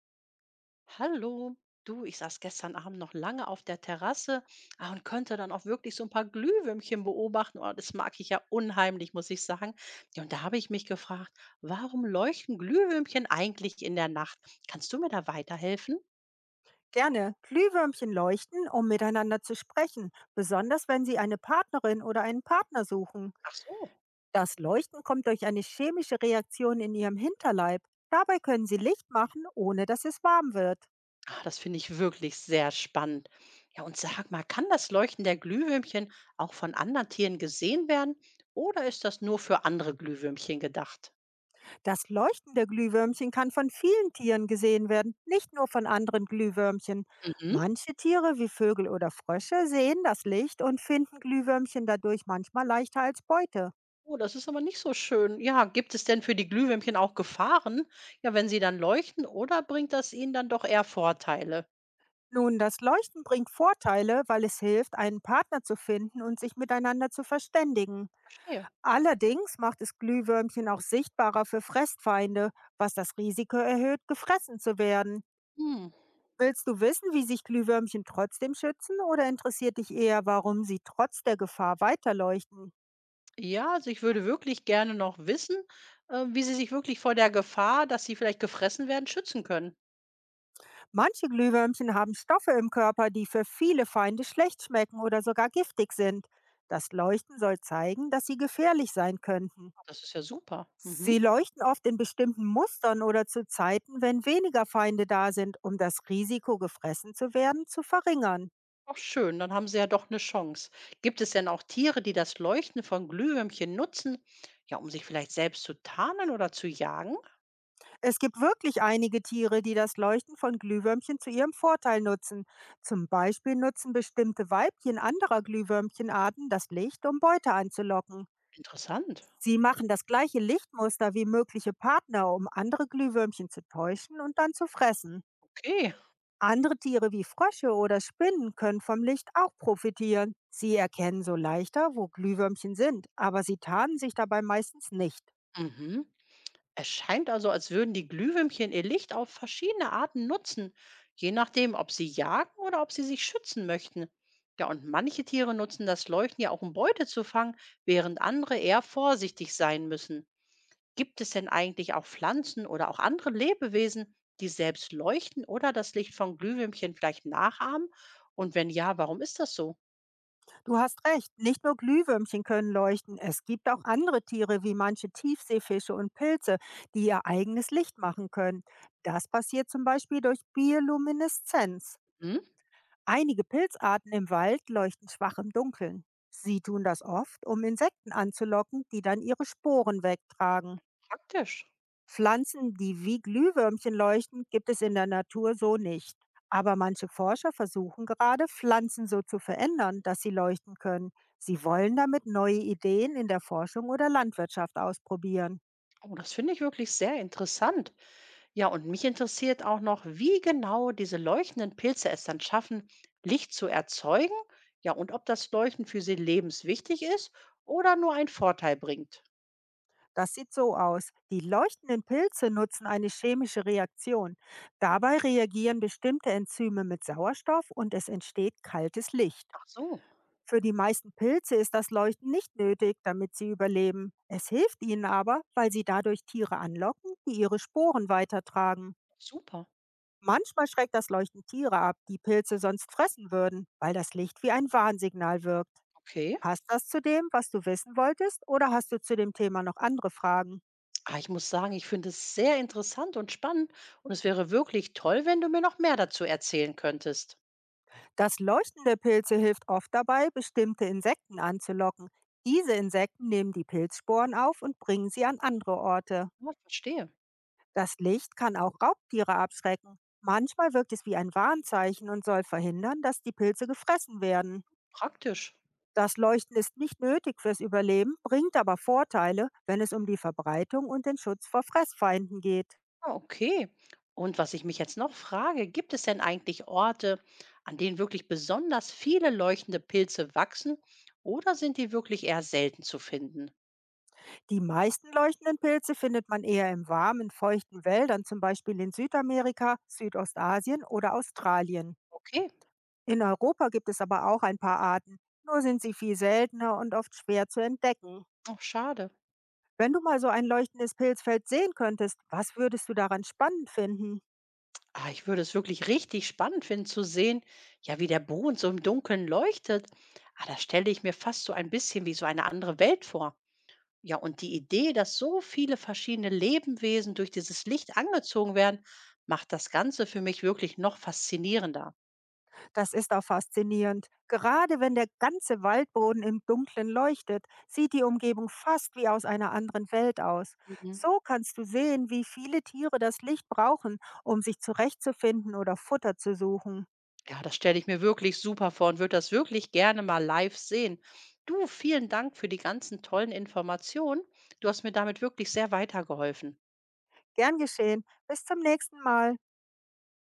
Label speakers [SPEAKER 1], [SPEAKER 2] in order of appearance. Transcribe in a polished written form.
[SPEAKER 1] Hallo, du, ich saß gestern Abend noch lange auf der Terrasse und konnte dann auch wirklich so ein paar Glühwürmchen beobachten. Oh, das mag ich ja unheimlich, muss ich sagen. Ja, und da habe ich mich gefragt, warum leuchten Glühwürmchen eigentlich in der Nacht? Kannst du mir da weiterhelfen?
[SPEAKER 2] Gerne. Glühwürmchen leuchten, um miteinander zu sprechen, besonders wenn sie eine Partnerin oder einen Partner suchen.
[SPEAKER 1] Ach so.
[SPEAKER 2] Das Leuchten kommt durch eine chemische Reaktion in ihrem Hinterleib. Dabei können sie Licht machen, ohne dass es warm wird.
[SPEAKER 1] Ah, das finde ich wirklich sehr spannend. Ja, und sag mal, kann das Leuchten der Glühwürmchen auch von anderen Tieren gesehen werden oder ist das nur für andere Glühwürmchen gedacht?
[SPEAKER 2] Das Leuchten der Glühwürmchen kann von vielen Tieren gesehen werden, nicht nur von anderen Glühwürmchen.
[SPEAKER 1] Mhm.
[SPEAKER 2] Manche Tiere wie Vögel oder Frösche sehen das Licht und finden Glühwürmchen dadurch manchmal leichter als Beute.
[SPEAKER 1] Oh, das ist aber nicht so schön. Ja, gibt es denn für die Glühwürmchen auch Gefahren? Ja, wenn sie dann leuchten, oder bringt das ihnen dann doch eher Vorteile?
[SPEAKER 2] Nun, das Leuchten bringt Vorteile, weil es hilft, einen Partner zu finden und sich miteinander zu verständigen.
[SPEAKER 1] Verstehe.
[SPEAKER 2] Allerdings macht es Glühwürmchen auch sichtbarer für Fressfeinde, was das Risiko erhöht, gefressen zu werden.
[SPEAKER 1] Hm.
[SPEAKER 2] Willst du wissen, wie sich Glühwürmchen trotzdem schützen, oder interessiert dich eher, warum sie trotz der Gefahr weiterleuchten?
[SPEAKER 1] Ja, also ich würde wirklich gerne noch wissen, wie sie sich wirklich vor der Gefahr, dass sie vielleicht gefressen werden, schützen können.
[SPEAKER 2] Manche Glühwürmchen haben Stoffe im Körper, die für viele Feinde schlecht schmecken oder sogar giftig sind. Das Leuchten soll zeigen, dass sie gefährlich sein könnten.
[SPEAKER 1] Ah, das ist ja super.
[SPEAKER 2] Sie
[SPEAKER 1] Mhm.
[SPEAKER 2] leuchten oft in bestimmten Mustern oder zu Zeiten, wenn weniger Feinde da sind, um das Risiko, gefressen zu werden, zu verringern.
[SPEAKER 1] Auch schön, dann haben sie ja doch eine Chance. Gibt es denn auch Tiere, die das Leuchten von Glühwürmchen nutzen, ja, um sich vielleicht selbst zu tarnen oder zu jagen?
[SPEAKER 2] Es gibt wirklich einige Tiere, die das Leuchten von Glühwürmchen zu ihrem Vorteil nutzen. Zum Beispiel nutzen bestimmte Weibchen anderer Glühwürmchenarten das Licht, um Beute anzulocken.
[SPEAKER 1] Interessant.
[SPEAKER 2] Sie machen das gleiche Lichtmuster wie mögliche Partner, um andere Glühwürmchen zu täuschen und dann zu fressen.
[SPEAKER 1] Okay.
[SPEAKER 2] Andere Tiere wie Frösche oder Spinnen können vom Licht auch profitieren. Sie erkennen so leichter, wo Glühwürmchen sind, aber sie tarnen sich dabei meistens nicht.
[SPEAKER 1] Mhm. Es scheint also, als würden die Glühwürmchen ihr Licht auf verschiedene Arten nutzen, je nachdem, ob sie jagen oder ob sie sich schützen möchten. Ja, und manche Tiere nutzen das Leuchten ja auch, um Beute zu fangen, während andere eher vorsichtig sein müssen. Gibt es denn eigentlich auch Pflanzen oder auch andere Lebewesen, die selbst leuchten oder das Licht von Glühwürmchen vielleicht nachahmen? Und wenn ja, warum ist das so?
[SPEAKER 2] Du hast recht, nicht nur Glühwürmchen können leuchten, es gibt auch andere Tiere wie manche Tiefseefische und Pilze, die ihr eigenes Licht machen können. Das passiert zum Beispiel durch Biolumineszenz.
[SPEAKER 1] Hm?
[SPEAKER 2] Einige Pilzarten im Wald leuchten schwach im Dunkeln. Sie tun das oft, um Insekten anzulocken, die dann ihre Sporen wegtragen.
[SPEAKER 1] Praktisch.
[SPEAKER 2] Pflanzen, die wie Glühwürmchen leuchten, gibt es in der Natur so nicht. Aber manche Forscher versuchen gerade, Pflanzen so zu verändern, dass sie leuchten können. Sie wollen damit neue Ideen in der Forschung oder Landwirtschaft ausprobieren.
[SPEAKER 1] Oh, das finde ich wirklich sehr interessant. Ja, und mich interessiert auch noch, wie genau diese leuchtenden Pilze es dann schaffen, Licht zu erzeugen. Ja, und ob das Leuchten für sie lebenswichtig ist oder nur einen Vorteil bringt.
[SPEAKER 2] Das sieht so aus. Die leuchtenden Pilze nutzen eine chemische Reaktion. Dabei reagieren bestimmte Enzyme mit Sauerstoff und es entsteht kaltes Licht.
[SPEAKER 1] Ach so,
[SPEAKER 2] Für die meisten Pilze ist das Leuchten nicht nötig, damit sie überleben. Es hilft ihnen aber, weil sie dadurch Tiere anlocken, die ihre Sporen weitertragen.
[SPEAKER 1] super.
[SPEAKER 2] Manchmal schreckt das Leuchten Tiere ab, die Pilze sonst fressen würden, weil das Licht wie ein Warnsignal wirkt.
[SPEAKER 1] Okay.
[SPEAKER 2] Passt das zu dem, was du wissen wolltest, oder hast du zu dem Thema noch andere Fragen?
[SPEAKER 1] Ah, ich muss sagen, ich finde es sehr interessant und spannend. Und es wäre wirklich toll, wenn du mir noch mehr dazu erzählen könntest.
[SPEAKER 2] Das Leuchten der Pilze hilft oft dabei, bestimmte Insekten anzulocken. Diese Insekten nehmen die Pilzsporen auf und bringen sie an andere Orte.
[SPEAKER 1] Ja, verstehe.
[SPEAKER 2] Das Licht kann auch Raubtiere abschrecken. Manchmal wirkt es wie ein Warnzeichen und soll verhindern, dass die Pilze gefressen werden.
[SPEAKER 1] Praktisch.
[SPEAKER 2] Das Leuchten ist nicht nötig fürs Überleben, bringt aber Vorteile, wenn es um die Verbreitung und den Schutz vor Fressfeinden geht.
[SPEAKER 1] Ah, okay. Und was ich mich jetzt noch frage, gibt es denn eigentlich Orte, an denen wirklich besonders viele leuchtende Pilze wachsen oder sind die wirklich eher selten zu finden?
[SPEAKER 2] Die meisten leuchtenden Pilze findet man eher in warmen, feuchten Wäldern, zum Beispiel in Südamerika, Südostasien oder Australien.
[SPEAKER 1] Okay,
[SPEAKER 2] In Europa gibt es aber auch ein paar Arten, nur sind sie viel seltener und oft schwer zu entdecken.
[SPEAKER 1] auch schade.
[SPEAKER 2] Wenn du mal so ein leuchtendes Pilzfeld sehen könntest, was würdest du daran spannend finden?
[SPEAKER 1] Ah, ich würde es wirklich richtig spannend finden zu sehen, ja, wie der Boden so im Dunkeln leuchtet. Ah, da stelle ich mir fast so ein bisschen wie so eine andere Welt vor. Ja, und die Idee, dass so viele verschiedene Lebewesen durch dieses Licht angezogen werden, macht das Ganze für mich wirklich noch faszinierender.
[SPEAKER 2] Das ist auch faszinierend. Gerade wenn der ganze Waldboden im Dunkeln leuchtet, sieht die Umgebung fast wie aus einer anderen Welt aus.
[SPEAKER 1] Mhm.
[SPEAKER 2] So kannst du sehen, wie viele Tiere das Licht brauchen, um sich zurechtzufinden oder Futter zu suchen.
[SPEAKER 1] Ja, das stelle ich mir wirklich super vor und würde das wirklich gerne mal live sehen. Du, vielen Dank für die ganzen tollen Informationen. Du hast mir damit wirklich sehr weitergeholfen.
[SPEAKER 2] Gern geschehen. Bis zum nächsten Mal.